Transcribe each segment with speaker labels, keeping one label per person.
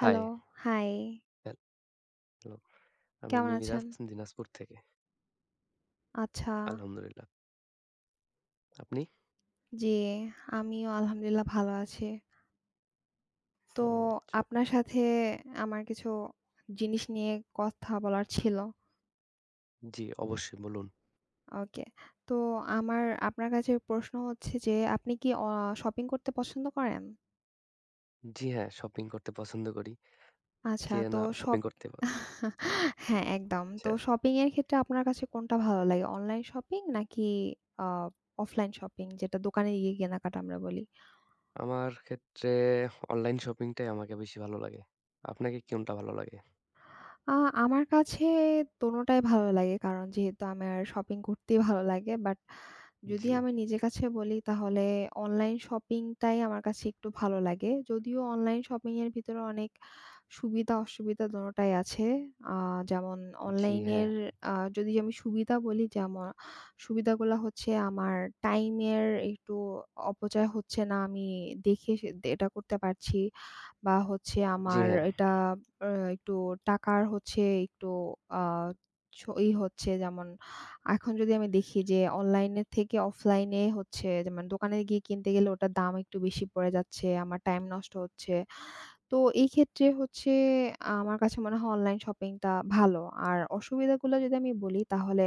Speaker 1: High,
Speaker 2: high,
Speaker 1: hello. আমি
Speaker 2: কেমন
Speaker 1: মিরাজ
Speaker 2: আছেন?
Speaker 1: দিনাজপুর থেকে।
Speaker 2: আচ্ছা,
Speaker 1: আলহামদুলিল্লাহ। আপনি?
Speaker 2: জি, আমিও আলহামদুলিল্লাহ ভালো আছি। তো
Speaker 1: ও আচ্ছা।
Speaker 2: আপনার সাথে আমার কিছু জিনিস নিয়ে কথা বলার ছিল।
Speaker 1: জি, অবশ্যই বলুন।
Speaker 2: ওকে। তো আমার আপনার কাছে প্রশ্ন হচ্ছে যে আপনি কি শপিং করতে পছন্দ করেন?
Speaker 1: জি হ্যাঁ, শপিং করতে পছন্দ করি।
Speaker 2: আচ্ছা,
Speaker 1: কে
Speaker 2: তো
Speaker 1: না শপিং করতে প
Speaker 2: হ্যাঁ, একদম। তো
Speaker 1: আচ্ছা।
Speaker 2: শপিং এর ক্ষেত্রে আপনার কাছে কোনটা ভালো লাগে? অনলাইন শপিং নাকি আ অফলাইন শপিং যেটা দোকানে গিয়ে কেনাকাটা আমরা বলি?
Speaker 1: আমার ক্ষেত্রে অনলাইন শপিংটাই আমাকে বেশি ভালো লাগে। আপনাকে কোনটা ভালো লাগে?
Speaker 2: আ আমার কাছে দোনোটাই ভালো লাগে। কারণ যেহেতু আমার শপিং করতেই ভালো লাগে। বাট যদি
Speaker 1: জি,
Speaker 2: আমি নিজের কাছে বলি তাহলে অনলাইন শপিংটাই আমার কাছে একটু ভালো লাগে। যদিও অনলাইন শপিং এর ভিতরে অনেক সুবিধা অসুবিধা দোনোটাই আছে। আ যেমন
Speaker 1: জি হ্যাঁ,
Speaker 2: অনলাইনের যদি আমি সুবিধা বলি যেমন সুবিধাগুলা হচ্ছে আমার টাইমের একটু অপচয় হচ্ছে না। আমি দেখে সে এটা করতে পারছি বা হচ্ছে
Speaker 1: জি
Speaker 2: আমার
Speaker 1: হ্যাঁ,
Speaker 2: এটা আ একটু টাকার হচ্ছে একটু আ ছ ই হচ্ছে যেমন এখন যদি আমি দেখি যে অনলাইনের থেকে অফলাইনে হচ্ছে যেমন দোকানে গিয়ে কিনতে গেলে ওটার দাম একটু বেশি পড়ে যাচ্ছে। আমার টাইম নষ্ট হচ্ছে। তো এই ক্ষেত্রে হচ্ছে আমার কাছে মনে হয় অনলাইন শপিংটা ভালো। আর অসুবিধাগুলো যদি আমি বলি তাহলে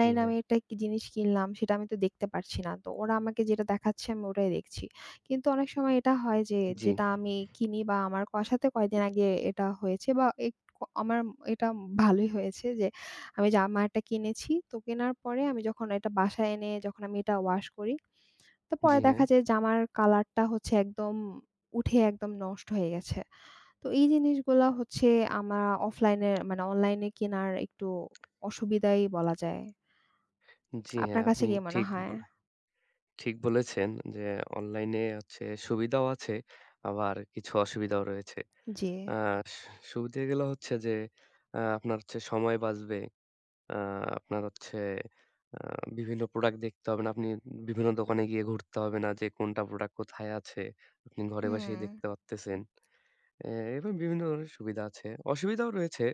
Speaker 1: জি হ্যাঁ,
Speaker 2: আমি একটা কি জিনিস কিনলাম সেটা আমি তো দেখতে পারছি না। তো ওরা আমাকে যেটা দেখাচ্ছে আমি ওটাই দেখছি। কিন্তু অনেক সময় এটা হয় যে
Speaker 1: জি,
Speaker 2: যেটা আমি কিনি বা আমার সাথে কয়েকদিন আগে এটা হয়েছে বা আমার এটা ভালোই হয়েছে যে আমি জামা একটা কিনেছি। তো কেনার পরে আমি যখন এটা বাসায় এনে যখন আমি এটা ওয়াশ করি, তো
Speaker 1: জি
Speaker 2: পরে
Speaker 1: হ্যাঁ,
Speaker 2: দেখা যায় জামার কালারটা হচ্ছে একদম উঠে একদম নষ্ট হয়ে গেছে। তো এই জিনিসগুলা হচ্ছে আমার অফলাইনে মানে অনলাইনে কেনার একটু অসুবিধাই বলা যায়।
Speaker 1: জি
Speaker 2: আপনার
Speaker 1: হ্যাঁ।
Speaker 2: কাছে
Speaker 1: আপনি
Speaker 2: কি মনে
Speaker 1: ঠিক
Speaker 2: হয়?
Speaker 1: বলে ঠিক বলেছেন যে অনলাইনে হচ্ছে সুবিধাও আছে, আবার কিছু অসুবিধাও রয়েছে।
Speaker 2: জি।
Speaker 1: আ সু সুবিধে গুলো হচ্ছে যে আপনার হচ্ছে সময় বাঁচবে। আ আপনার হচ্ছে আ বিভিন্ন প্রোডাক্ট দেখতে হবে না। আপনি বিভিন্ন দোকানে গিয়ে ঘুরতে হবে না যে কোনটা প্রোডাক্ট কোথায় আছে। আপনি ঘরে
Speaker 2: হুম,
Speaker 1: বসেই দেখতে পারতেছেন। এ এবং বিভিন্ন ধরনের সুবিধা আছে। অসুবিধাও রয়েছে।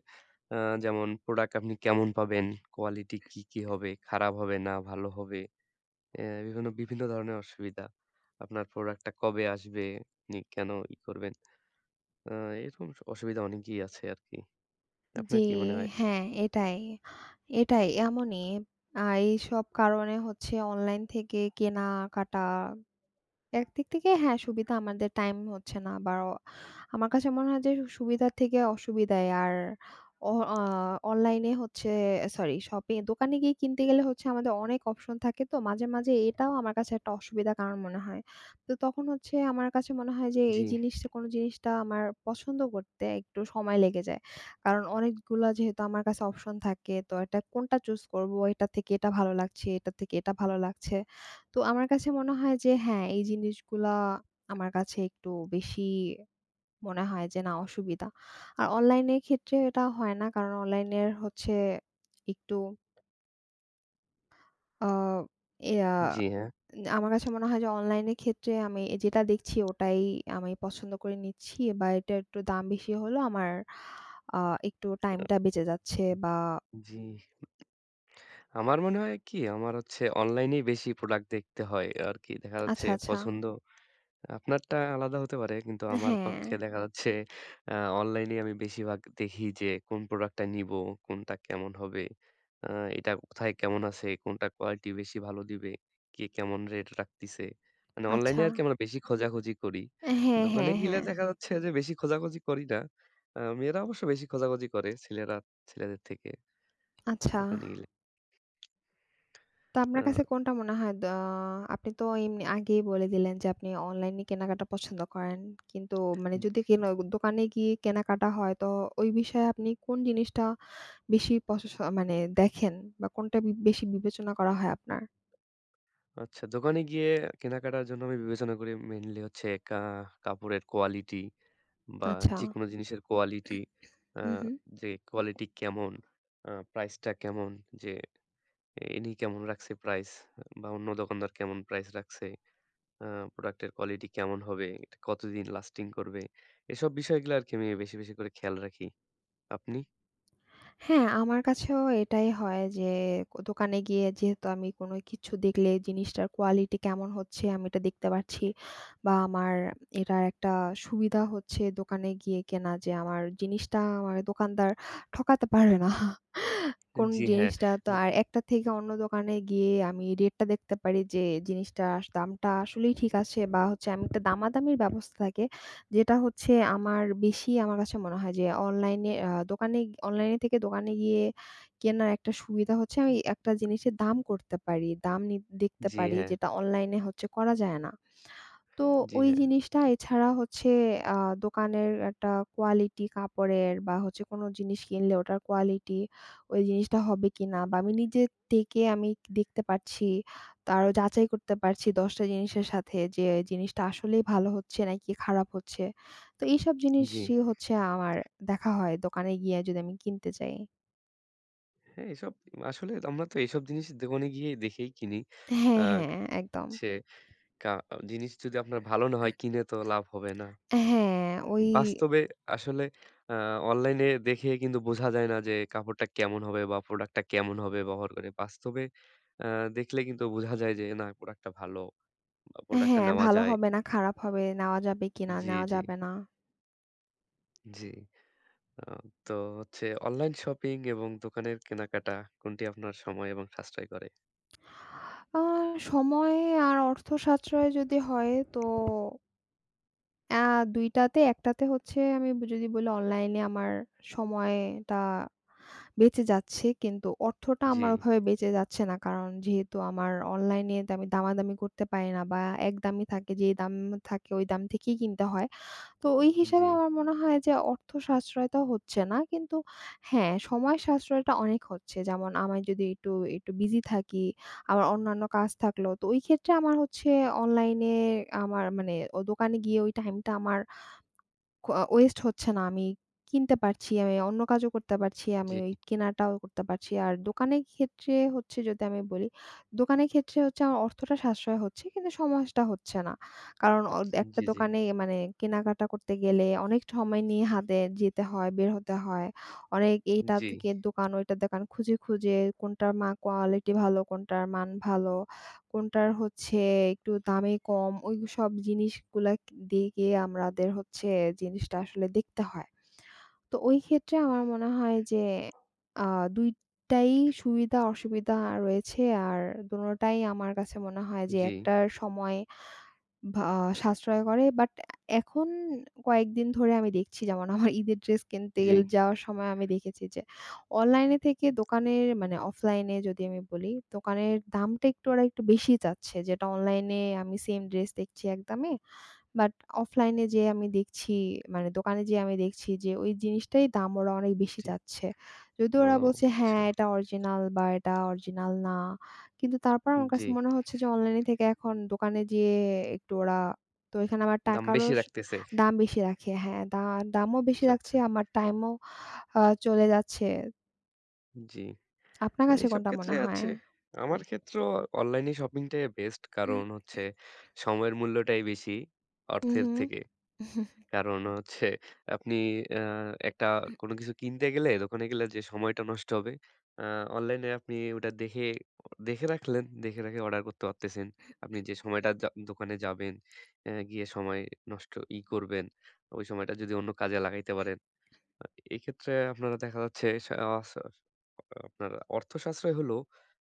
Speaker 1: আ যেমন প্রোডাক্ট আপনি কেমন পাবেন, কোয়ালিটি কি, কি হবে, খারাপ হবে না ভালো হবে। এ বিভিন্ন ধরনের অসুবিধা। আপনার প্রোডাক্টটা কবে আসবে, আপনি কেন ই করবেন। আ এরকম অসুবিধা অনেকই আছে আরকি।
Speaker 2: জি,
Speaker 1: আপনার কি মনে হয়?
Speaker 2: হ্যাঁ, এটাই, এটাই এমনই। এইসব কারণে হচ্ছে অনলাইন থেকে কেনাকাটা একদিক থেকে হ্যাঁ, সুবিধা আমাদের টাইম হচ্ছে না বা আমার কাছে মনে হয় যে সুবিধার থেকে অসুবিধাই। আর অ আ অনলাইনে হচ্ছে সরি শপিং দোকানে গিয়ে কিনতে গেলে হচ্ছে আমাদের অনেক অপশন থাকে তো মাঝে, মাঝে এটাও আমার কাছে একটা অসুবিধার কারণ মনে হয়। তো তখন হচ্ছে আমার কাছে মনে হয় যে
Speaker 1: জি,
Speaker 2: এই জিনিসটা কোন জিনিসটা আমার পছন্দ করতে একটু সময় লেগে যায়। কারণ অনেকগুলা যেহেতু আমার কাছে অপশন থাকে তো এটা কোনটা চুজ করব, এটা থেকে এটা ভালো লাগছে, এটা থেকে এটা ভালো লাগছে। তো আমার কাছে মনে হয় যে হ্যাঁ, এই জিনিসগুলা আমার কাছে একটু বেশি মনে হয় যে না অসুবিধা। আর অনলাইনের ক্ষেত্রে এটা হয় না। কারণ অনলাইনের হচ্ছে একটু আ ইয়া
Speaker 1: জি, হ্যাঁ,
Speaker 2: আমার কাছে মনে হয় যে অনলাইনের ক্ষেত্রে আমি যেটা দেখছি ওটাই আমি পছন্দ করে নিচ্ছি বা এটা একটু দাম বেশি হলেও আমার আ একটু টাইমটা বেঁচে যাচ্ছে বা
Speaker 1: জি। আমার মনে হয় কি? আমার হচ্ছে অনলাইনেই বেশি প্রোডাক্ট দেখতে হয় আরকি। দেখা যাচ্ছে
Speaker 2: আচ্ছা, আচ্ছা।
Speaker 1: পছন্দ আপনারটা আলাদা হতে পারে। কিন্তু আমার
Speaker 2: হ্যাঁ,
Speaker 1: পক্ষে দেখা যাচ্ছে আ অনলাইনেই আমি বেশিরভাগ দেখি যে কোন প্রোডাক্টটা নিবো, কোনটা কেমন হবে, আ এটা কোথায় কেমন আছে, কোনটা কোয়ালিটি বেশি ভালো দিবে, কে কেমন রেট রাখতিছে। মানে অনলাইনে
Speaker 2: আচ্ছা।
Speaker 1: আরকি আমরা বেশি খোঁজাখুঁজি করি।
Speaker 2: হ্যাঁ,
Speaker 1: দোকানে
Speaker 2: হ্যাঁ,
Speaker 1: গেলে
Speaker 2: হ্যাঁ।
Speaker 1: দেখা যাচ্ছে যে বেশি খোঁজাখুঁজি করি না। মেয়েরা অবশ্য বেশি খোঁজাখুঁজি করে ছেলেদের থেকে
Speaker 2: আচ্ছা।
Speaker 1: দোকানে গেলে।
Speaker 2: তো আপনার
Speaker 1: আ
Speaker 2: কাছে কোনটা মনে হয় আপনি তো এমনি আগেই বলে দিলেন যে আপনি অনলাইনে কেনাকাটা পছন্দ করেন। কিন্তু মানে যদি দোকানে গিয়ে কেনাকাটা হয় তো ওই বিষয়ে আপনি কোন জিনিসটা বেশি মানে দেখেন বা কোনটা বেশি বিবেচনা করা হয় আপনার?
Speaker 1: আচ্ছা, দোকানে গিয়ে কেনাকাটার জন্য আমি বিবেচনা করি মেইনলি হচ্ছে কাপড়ের কোয়ালিটি বা
Speaker 2: আচ্ছা।
Speaker 1: যেকোনো জিনিসের কোয়ালিটি। আ
Speaker 2: হু, হু।
Speaker 1: যে কোয়ালিটি কেমন, প্রাইসটা কেমন, যে ইনি কেমন রাখছে প্রাইস বা অন্য দোকানদার কেমন প্রাইস রাখছে, আ প্রোডাক্টের কোয়ালিটি কেমন হবে, এটা কতদিন লাস্টিং করবে। এসব বিষয়গুলো আরকি আমি বেশি করে খেয়াল রাখি। আপনি?
Speaker 2: হ্যাঁ, আমার কাছেও এটাই হয় যে দোকানে গিয়ে যেহেতু আমি কোনো কিছু দেখলে জিনিসটার কোয়ালিটি কেমন হচ্ছে আমি এটা দেখতে পারছি বা আমার এটার একটা সুবিধা হচ্ছে দোকানে গিয়ে কেনা যে আমার জিনিসটা আমার দোকানদার ঠকাতে পারবে না। কোন
Speaker 1: জি হ্যাঁ।
Speaker 2: জিনিসটা তো আর একটা থেকে অন্য দোকানে গিয়ে আমি রেটটা দেখতে পারি যে জিনিসটার দামটা আসলেই ঠিক আছে বা হচ্ছে আমি একটা দামাদামির ব্যবস্থা থাকে। যেটা হচ্ছে আমার বেশি আমার কাছে মনে হয় যে অনলাইনে আ দোকানে অনলাইনে থেকে দোকানে গিয়ে কেনার একটা সুবিধা হচ্ছে আমি একটা জিনিসের দাম করতে পারি। দাম নি দেখতে
Speaker 1: জি
Speaker 2: পারি
Speaker 1: হ্যাঁ,
Speaker 2: যেটা অনলাইনে হচ্ছে করা যায় না। তো
Speaker 1: জি
Speaker 2: ওই
Speaker 1: হ্যাঁ,
Speaker 2: জিনিসটা এছাড়া হচ্ছে আ দোকানের একটা কোয়ালিটি কাপড়ের বা হচ্ছে কোনো জিনিস কিনলে ওটার কোয়ালিটি, ওই জিনিসটা হবে কিনা বা আমি নিজে থেকে আমি দেখতে পারছি, তো আরো যাচাই করতে পারছি ১০ টা জিনিসের সাথে যে জিনিসটা আসলেই ভালো হচ্ছে নাকি খারাপ হচ্ছে। তো এইসব
Speaker 1: জি।
Speaker 2: জিনিসই হচ্ছে আমার দেখা হয় দোকানে গিয়ে যদি আমি কিনতে যাই।
Speaker 1: হ্যাঁ, এসব আসলে আমরা তো এইসব জিনিস দোকানে গিয়ে দেখেই কিনি। আ
Speaker 2: হ্যাঁ, হ্যাঁ, একদম।
Speaker 1: সে কা জিনিস যদি আপনার ভালো না হয় কিনে তো লাভ হবে না।
Speaker 2: হ্যাঁ, ওই
Speaker 1: বাস্তবে আসলে আ অনলাইনে দেখে কিন্তু বোঝা যায় না যে কাপড়টা কেমন হবে বা প্রোডাক্টটা কেমন হবে ব্যবহার করে। বাস্তবে আ দেখলে কিন্তু বোঝা যায় যে না প্রোডাক্টটা ভালো বা প্রোডাক্টটা
Speaker 2: হ্যাঁ,
Speaker 1: নেওয়া
Speaker 2: ভালো
Speaker 1: যায়।
Speaker 2: হবে না, খারাপ হবে, নেওয়া যাবে কিনা,
Speaker 1: জি,
Speaker 2: নেওয়া
Speaker 1: জি,
Speaker 2: যাবে না।
Speaker 1: জি। আ তো হচ্ছে অনলাইন শপিং এবং দোকানের কেনাকাটা কোনটি আপনার সময় এবং সাশ্রয় করে?
Speaker 2: আ সময় আর অর্থ সাশ্রয় যদি হয় তো আ ২ টাতে, একটাতে হচ্ছে আমি যদি বলি অনলাইনে আমার সময়টা বেঁচে যাচ্ছে। কিন্তু অর্থটা
Speaker 1: জি,
Speaker 2: আমার ওভাবে বেঁচে যাচ্ছে না। কারণ যেহেতু আমার অনলাইনে তে আমি দামাদামি করতে পারি না বা এক দামই থাকে। যেই দাম থাকে ওই দাম থেকেই কিনতে হয়। তো ওই হিসাবে
Speaker 1: জি,
Speaker 2: আমার মনে হয় যে অর্থ সাশ্রয়টা হচ্ছে না। কিন্তু হ্যাঁ, সময় সাশ্রয়টা অনেক হচ্ছে। যেমন আমি যদি একটু, একটু বিজি থাকি, আমার অন্যান্য কাজ থাকলো, তো ওই ক্ষেত্রে আমার হচ্ছে অনলাইনে আমার মানে ও দোকানে গিয়ে ওই টাইমটা আমার ক ওয়েস্ট হচ্ছে না। আমি কিনতে পারছি, আমি অন্য কাজও করতে পারছি। আমি
Speaker 1: জি।
Speaker 2: ওই কেনাটাও করতে পারছি। আর দোকানের ক্ষেত্রে হচ্ছে যদি আমি বলি, দোকানের ক্ষেত্রে হচ্ছে আমার অর্থটা সাশ্রয় হচ্ছে কিন্তু সমাজটা হচ্ছে না। কারণ
Speaker 1: আচ্ছা,
Speaker 2: একটা
Speaker 1: জি, জি।
Speaker 2: দোকানে মানে কেনাকাটা করতে গেলে অনেক সময় নিয়ে হাতে যেতে হয়, বের হতে হয়। অনেক এইটা
Speaker 1: জি,
Speaker 2: থেকে দোকান, ওইটা দোকান খুঁজে, খুঁজে কোনটার কোয়ালিটি ভালো, কোনটার মান ভালো। কোনটার হচ্ছে একটু দামে কম ওই সব জিনিসগুলা দিকে আমাদের হচ্ছে জিনিসটা আসলে দেখতে হয়। তো ওই ক্ষেত্রে আমার মনে হয় যে আ ২ টাই সুবিধা-অসুবিধা রয়েছে আর দোনোটাই আমার কাছে মনে হয় যে
Speaker 1: জি,
Speaker 2: একটা সময় ভা সাশ্রয় করে বাট এখন কয়েকদিন ধরে আমি দেখছি যেমন আমার ঈদের ড্রেস কিনতে
Speaker 1: জি,
Speaker 2: যাওয়ার সময় আমি দেখেছি যে অনলাইনে থেকে দোকানের মানে অফলাইনে যদি আমি বলি দোকানের দামটা একটু ওরা একটু বেশি চাচ্ছে যেটা অনলাইনে আমি সেম ড্রেস দেখছি এক দামে বাট অফলাইনে যেয়ে আমি দেখছি মানে দোকানে যেয়ে আমি দেখছি যে ওই জিনিসটাই দাম ওরা অনেক বেশি
Speaker 1: জি।
Speaker 2: চাচ্ছে। যদিও
Speaker 1: ও
Speaker 2: ওরা বলছে,
Speaker 1: আচ্ছা।
Speaker 2: "হ্যাঁ, এটা অরিজিনাল বা এটা অরিজিনাল না।" কিন্তু তারপর আমার
Speaker 1: জি,
Speaker 2: কাছে মনে হচ্ছে যে অনলাইনে থেকে এখন দোকানে যেয়ে একটু ওরা তো এখানে আমার
Speaker 1: দাম
Speaker 2: টাকারও
Speaker 1: বেশি রাখতেছে।
Speaker 2: দাম বেশি রাখে। হ্যাঁ, দামও বেশি
Speaker 1: আচ্ছা, আচ্ছা।
Speaker 2: রাখছে, আমার টাইমও চলে যাচ্ছে।
Speaker 1: জি।
Speaker 2: আপনার
Speaker 1: না
Speaker 2: কাছে
Speaker 1: এইসব
Speaker 2: কোনটা
Speaker 1: ক্ষেত্রে
Speaker 2: মনে হয়?
Speaker 1: আছে। আমার ক্ষেত্রেও অনলাইনে শপিংটাই বেস্ট। কারণ হচ্ছে সময়ের মূল্যটাই বেশি অর্থের
Speaker 2: উহু।
Speaker 1: থেকে। কারণ হচ্ছে আপনি আ একটা কোনো কিছু কিনতে গেলে, দোকানে গেলে যে সময়টা নষ্ট হবে, আ অনলাইনে আপনি ওটা দেখে দেখে রাখলেন, দেখে রেখে অর্ডার করতে পারতেছেন। আপনি যে সময়টা যা দোকানে যাবেন, অ্যা গিয়ে সময় নষ্ট ই করবেন, ওই সময়টা যদি অন্য কাজে লাগাইতে পারেন। আ এক্ষেত্রে আপনারা দেখা যাচ্ছে সা স আপনার অর্থ সাশ্রয় হলো,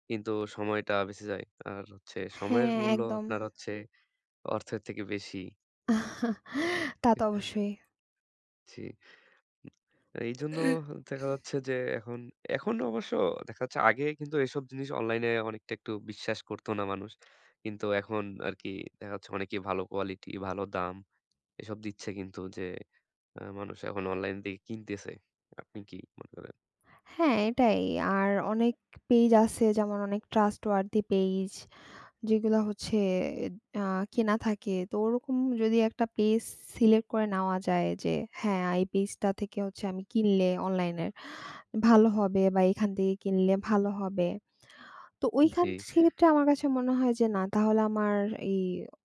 Speaker 1: কিন্তু সময়টা বেঁচে যায়। আর হচ্ছে সময়ের
Speaker 2: হ্যাঁ,
Speaker 1: মূল্য
Speaker 2: একদম।
Speaker 1: আপনার হচ্ছে অর্থের থেকে বেশি।
Speaker 2: তা তো অবশ্যই।
Speaker 1: জি। এইজন্য দেখা যাচ্ছে যে এখন অবশ্য দেখা যাচ্ছে আগে কিন্তু এসব জিনিস অনলাইনে অনেকটা একটু বিশ্বাস করতো না মানুষ। কিন্তু এখন আরকি দেখা যাচ্ছে অনেকেই ভালো কোয়ালিটি, ভালো দাম এসব দিচ্ছে কিন্তু যে মানুষ এখন অনলাইন থেকে কিনতেছে। আপনি কি মনে করেন?
Speaker 2: হ্যাঁ, এটাই। আর অনেক পেইজ আছে যেমন অনেক trustworthy পেইজ যেগুলা হচ্ছে আ কেনা থাকে। তো ওরকম যদি একটা পেজ সিলেক্ট করে নেওয়া যায় যে হ্যাঁ, এই পেইজটা থেকে হচ্ছে আমি কিনলে অনলাইনের ভালো হবে বা এখান থেকে কিনলে ভালো হবে। তো
Speaker 1: জি,
Speaker 2: ওইখান সেক্ষেত্রে আমার কাছে মনে হয় যে না তাহলে আমার এই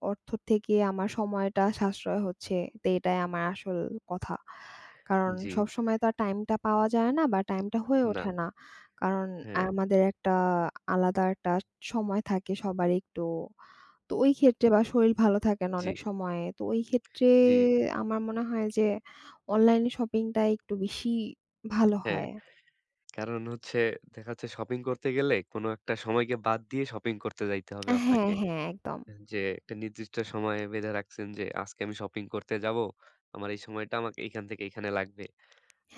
Speaker 2: অর্থ থেকে আমার সময়টা সাশ্রয় হচ্ছে। তো এটাই আমার আসল কথা। কারণ
Speaker 1: জি,
Speaker 2: সবসময় তো আর টাইমটা পাওয়া যায় না বা টাইমটা হয়ে
Speaker 1: না,
Speaker 2: ওঠে না। কারণ
Speaker 1: হ্যাঁ,
Speaker 2: আমাদের একটা আলাদা একটা সময় থাকে সবারই একটু। তো ওই ক্ষেত্রে বা শরীর ভালো থাকে না
Speaker 1: জি,
Speaker 2: অনেক সময়ে। তো ওই ক্ষেত্রে
Speaker 1: জি,
Speaker 2: আমার মনে হয় যে অনলাইন শপিংটা একটু বেশি ভালো
Speaker 1: হ্যাঁ।
Speaker 2: হয়।
Speaker 1: কারণ হচ্ছে দেখা যাচ্ছে শপিং করতে গেলে কোনো একটা সময়কে বাদ দিয়ে শপিং করতে যাইতে হবে
Speaker 2: হ্যাঁ,
Speaker 1: আপনাকে।
Speaker 2: হ্যাঁ একদম।
Speaker 1: যে একটা নির্দিষ্ট সময়ে বেঁধে রাখছেন যে আজকে আমি শপিং করতে যাব। আমার এই সময়টা আমাকে এইখান থেকে এইখানে লাগবে।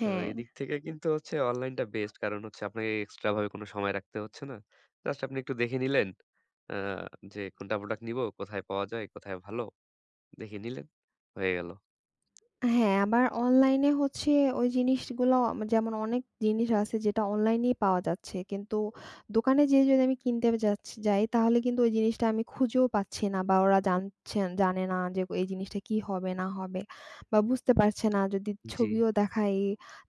Speaker 1: তো এদিক থেকে কিন্তু হচ্ছে অনলাইনটা বেস্ট। কারণ হচ্ছে আপনাকে এক্সট্রা ভাবে কোনো সময় রাখতে হচ্ছে না। জাস্ট আপনি একটু দেখে নিলেন আ যে কোনটা প্রোডাক্ট নিবো, কোথায় পাওয়া যায়, কোথায় ভালো দেখে নিলেন, হয়ে গেল।
Speaker 2: হ্যাঁ, আবার অনলাইনে হচ্ছে ওই জিনিসগুলো যেমন অনেক জিনিস আছে যেটা অনলাইনেই পাওয়া যাচ্ছে। কিন্তু দোকানে যেয়ে যদি আমি কিনতে যাচ্ছি যাই তাহলে কিন্তু ওই জিনিসটা আমি খুঁজেও পাচ্ছি না বা ওরা জানছেন জানে না যে এই জিনিসটা কি হবে না হবে বা বুঝতে পারছে না। যদি
Speaker 1: জি।
Speaker 2: ছবিও দেখাই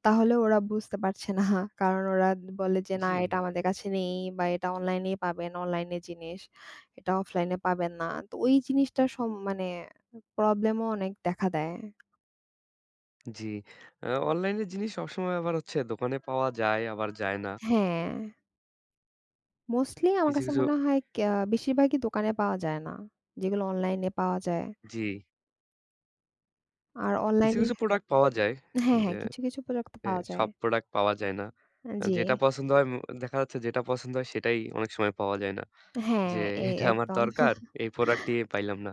Speaker 2: তাহলে ওরা বুঝতে পারছে না। কারণ ওরা বলে যে, "না
Speaker 1: জি,
Speaker 2: এটা আমাদের কাছে নেই বা এটা অনলাইনেই পাবেন, অনলাইনে জিনিস। এটা অফলাইনে পাবেন না।" তো ওই জিনিসটার মানে প্রবলেমও অনেক দেখা দেয়।
Speaker 1: জি। আ অনলাইনের জিনিস সবসময় আবার হচ্ছে দোকানে পাওয়া যায় আবার যায় না।
Speaker 2: হ্যাঁ, মোস্টলি আমার কাছে
Speaker 1: কিছু
Speaker 2: মনে হয় বেশিরভাগই দোকানে পাওয়া যায় না। যেগুলো অনলাইনে পাওয়া যায়।
Speaker 1: জি,
Speaker 2: আর অনলাইনে
Speaker 1: কিছু প্রোডাক্ট পাওয়া যায়
Speaker 2: হ্যাঁ, হ্যাঁ,
Speaker 1: যে
Speaker 2: কিছু, কিছু প্রোডাক্ট
Speaker 1: হ্যাঁ,
Speaker 2: পাওয়া
Speaker 1: সব
Speaker 2: যায়।
Speaker 1: প্রোডাক্ট পাওয়া যায় না। আ
Speaker 2: জি।
Speaker 1: যেটা পছন্দ হয় ম দেখা যাচ্ছে যেটা পছন্দ হয় সেটাই অনেক সময় পাওয়া যায় না।
Speaker 2: হ্যাঁ,
Speaker 1: যে
Speaker 2: এ
Speaker 1: এটা আমার
Speaker 2: একদম।
Speaker 1: দরকার, এই প্রোডাক্টটি পাইলাম না।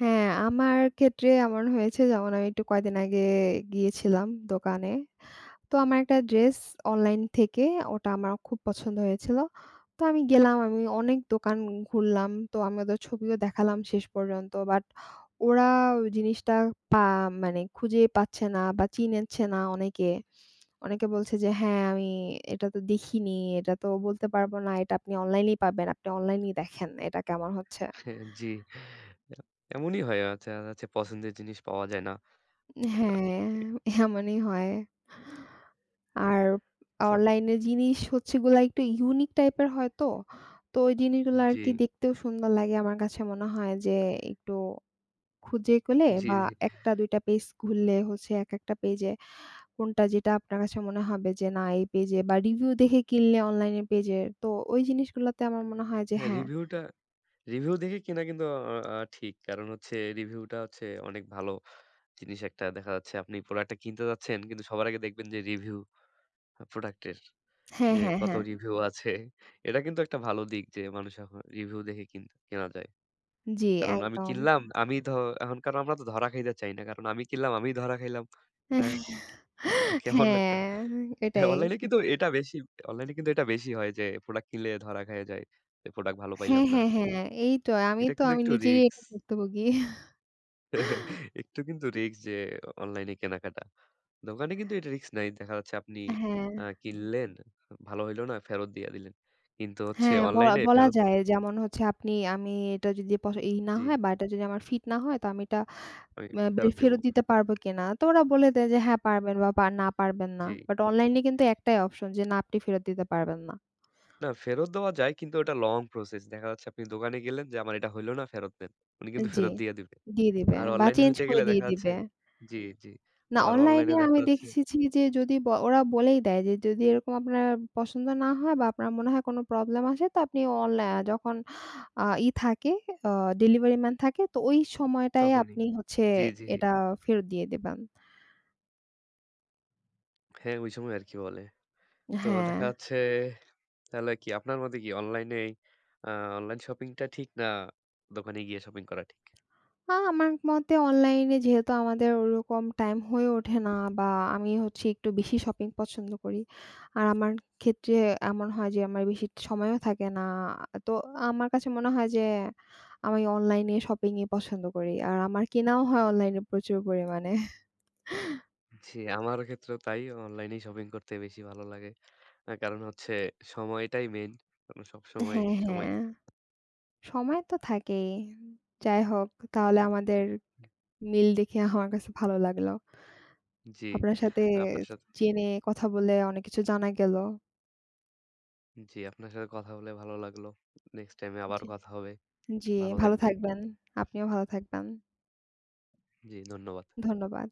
Speaker 2: হ্যাঁ, আমার ক্ষেত্রে এমন হয়েছে যেমন আমি একটু কয়েকদিন আগে গিয়েছিলাম দোকানে। তো আমার একটা ড্রেস অনলাইন থেকে ওটা আমার খুব পছন্দ হয়েছিল। তো আমি গেলাম, আমি অনেক দোকান ঘুরলাম। তো আমি ওদের ছবিও দেখালাম শেষ পর্যন্ত। বাট ওরা ওই জিনিসটা পা মানে খুঁজে পাচ্ছে না বা চিনেচ্ছে না অনেকে। অনেকে বলছে যে, "হ্যাঁ, আমি এটা তো দেখিনি। এটা তো বলতে পারব না। এটা আপনি অনলাইনেই পাবেন। আপনি অনলাইনেই দেখেন এটা কেমন হচ্ছে।"
Speaker 1: জি, এমনই হয়। আচ্ছা, আচ্ছা পছন্দের জিনিস পাওয়া যায় না। আ
Speaker 2: হ্যাঁ, এমনই হয়। আর
Speaker 1: আচ্ছা
Speaker 2: অনলাইনের জিনিস হচ্ছে এগুলা একটু ইউনিক টাইপের হয় তো। তো ওই জিনিসগুলো
Speaker 1: জি,
Speaker 2: আরকি দেখতেও সুন্দর লাগে। আমার কাছে মনে হয় যে একটু খুঁজে পেলে
Speaker 1: জি,
Speaker 2: বা
Speaker 1: জি।
Speaker 2: ১ টা ২ টা পেজ ঘুরলে হচ্ছে একেকটা পেজে কোনটা যেটা আপনার কাছে মনে হবে যে না এই পেজে বা রিভিউ দেখে কিনলে অনলাইনের পেজে তো ওই জিনিসগুলাতে আমার মনে হয় যে
Speaker 1: হ্যাঁ,
Speaker 2: হ্যাঁ,
Speaker 1: রিভিউটা রিভিউ দেখে কেনা কিন্তু আ আ ঠিক। কারণ হচ্ছে রিভিউটা হচ্ছে অনেক ভালো জিনিস একটা দেখা যাচ্ছে আপনি প্রোডাক্টটা কিনতে যাচ্ছেন কিন্তু সবার আগে দেখবেন যে রিভিউ প্রোডাক্টের।
Speaker 2: হ্যাঁ,
Speaker 1: যে
Speaker 2: হ্যাঁ,
Speaker 1: কত
Speaker 2: হ্যাঁ।
Speaker 1: রিভিউ আছে। এটা কিন্তু একটা ভালো দিক যে মানুষ এখন রিভিউ দেখে কেনা যায়।
Speaker 2: জি,
Speaker 1: কারণ আমি
Speaker 2: একদম।
Speaker 1: কিনলাম, আমি ধ এখন কারণ আমরা তো ধরা খাইতে চাই না। কারণ আমি কিনলাম, আমিই ধরা খাইলাম। এটা কেমন একটা
Speaker 2: হ্যাঁ, এটাই।
Speaker 1: অনলাইন এ কিন্তু এটা বেশি অনলাইন এ কিন্তু এটা বেশি হয় যে প্রোডাক্ট কিনলে ধরা খাইয়া যায়। যে প্রোডাক্ট ভালো
Speaker 2: হ্যাঁ,
Speaker 1: পাইলাম না।
Speaker 2: হ্যাঁ, হ্যাঁ। এই তো
Speaker 1: এটা কিন্তু
Speaker 2: আমি
Speaker 1: একটু
Speaker 2: নিজেরই
Speaker 1: রিস্ক।
Speaker 2: এটা ভুক্তভোগী।
Speaker 1: একটু কিন্তু রিস্ক যে অনলাইন এ কেনাকাটা। দোকানে কিন্তু এটা রিস্ক নাই। দেখা যাচ্ছে আপনি
Speaker 2: হ্যাঁ।
Speaker 1: কিনলেন, ভালো হইল না, ফেরত দিয়া দিলেন। কিন্তু হচ্ছে
Speaker 2: হ্যাঁ, বলা
Speaker 1: অনলাইন এ
Speaker 2: বলা
Speaker 1: ফেরত
Speaker 2: যায় যেমন হচ্ছে আমি এটা যদি পস ই না
Speaker 1: জি।
Speaker 2: হয় বা এটা যদি আমার ফিট না হয় তো আমি এটা
Speaker 1: আমি
Speaker 2: বিল
Speaker 1: ফেরত দিব।
Speaker 2: ফেরত দিতে পারবো কিনা? তো ওরা বলে দেয় যে হ্যাঁ পারবেন বা না পারবেন না।
Speaker 1: জি।
Speaker 2: বাট অনলাইনে কিন্তু একটাই অপশন যে না আপনি ফেরত দিতে পারবেন না।
Speaker 1: না ফেরত দেওয়া যায় কিন্তু ওটা লং প্রসেস। দেখা যাচ্ছে আপনি দোকানে গেলেন যে আমার এটা হইল না ফেরত দেন। উনি কিন্তু
Speaker 2: জি,
Speaker 1: ফেরত দিয়ে দিবে।
Speaker 2: দিয়ে দিবে
Speaker 1: আর
Speaker 2: বা
Speaker 1: অনলাইনে
Speaker 2: চেঞ্জ
Speaker 1: হইতে
Speaker 2: করে
Speaker 1: গেলে
Speaker 2: দিয়ে
Speaker 1: দেখা যাচ্ছে
Speaker 2: দিবে।
Speaker 1: জি, জি।
Speaker 2: না
Speaker 1: আবার
Speaker 2: অনলাইনে
Speaker 1: অনলাইনে দেখা
Speaker 2: আমি
Speaker 1: যাচ্ছে
Speaker 2: দেখেছি যে যদি ওরা বলেই দেয় যে যদি এরকম আপনার পছন্দ না হয় বা আপনার মনে হয় কোনো প্রবলেম আসে তো আপনি অনলাই যখন আ ই থাকে আ ডেলিভারি ম্যান থাকে তো ওই সময়টায়
Speaker 1: তখনই।
Speaker 2: আপনি হচ্ছে
Speaker 1: জি, জি।
Speaker 2: এটা ফেরত দিয়ে দেবেন।
Speaker 1: হ্যাঁ, ওই সময় আরকি বলে। তো
Speaker 2: হ্যাঁ।
Speaker 1: দেখা যাচ্ছে তাহলে কি আপনার মতে কি আ অনলাইন শপিংটা ঠিক না দোকানে গিয়ে শপিং করা ঠিক?
Speaker 2: আমার মতে অনলাইনে যেহেতু আমাদের ওরকম টাইম হয়ে ওঠে না বা আমি হচ্ছে একটু বেশি শপিং পছন্দ করি। আর আমার ক্ষেত্রে এমন হয় যে আমার বেশি সময়ও থাকে না। তো আমার কাছে মনে হয় যে আমি অনলাইনে শপিংই পছন্দ করি। আর আমার কেনাও হয় অনলাইনে প্রচুর পরিমাণে।
Speaker 1: জি, আমার ক্ষেত্রেও তাই। অনলাইনেই শপিং করতে বেশি ভালো লাগে। কারণ হচ্ছে সময়টাই মেইন। কারণ সবসময়
Speaker 2: হ্যাঁ,
Speaker 1: সময় সময়
Speaker 2: হ্যাঁ। সময় তো থাকেই। যাই হোক তাহলে আমাদের মিল দেখে আমার কাছে ভালো লাগলো।
Speaker 1: জি,
Speaker 2: আপনার সাথে
Speaker 1: আপনার সাথে
Speaker 2: জেনে কথা বলে অনেক কিছু জানা গেল।
Speaker 1: জি, আপনার সাথে কথা বলে ভালো লাগলো। নেক্সট টাইমে আবার
Speaker 2: জি।
Speaker 1: কথা হবে।
Speaker 2: জি,
Speaker 1: ভালো
Speaker 2: ভালো
Speaker 1: থাকবেন।
Speaker 2: থাকবেন। আপনিও ভালো থাকবেন।
Speaker 1: জি, ধন্যবাদ।
Speaker 2: ধন্যবাদ।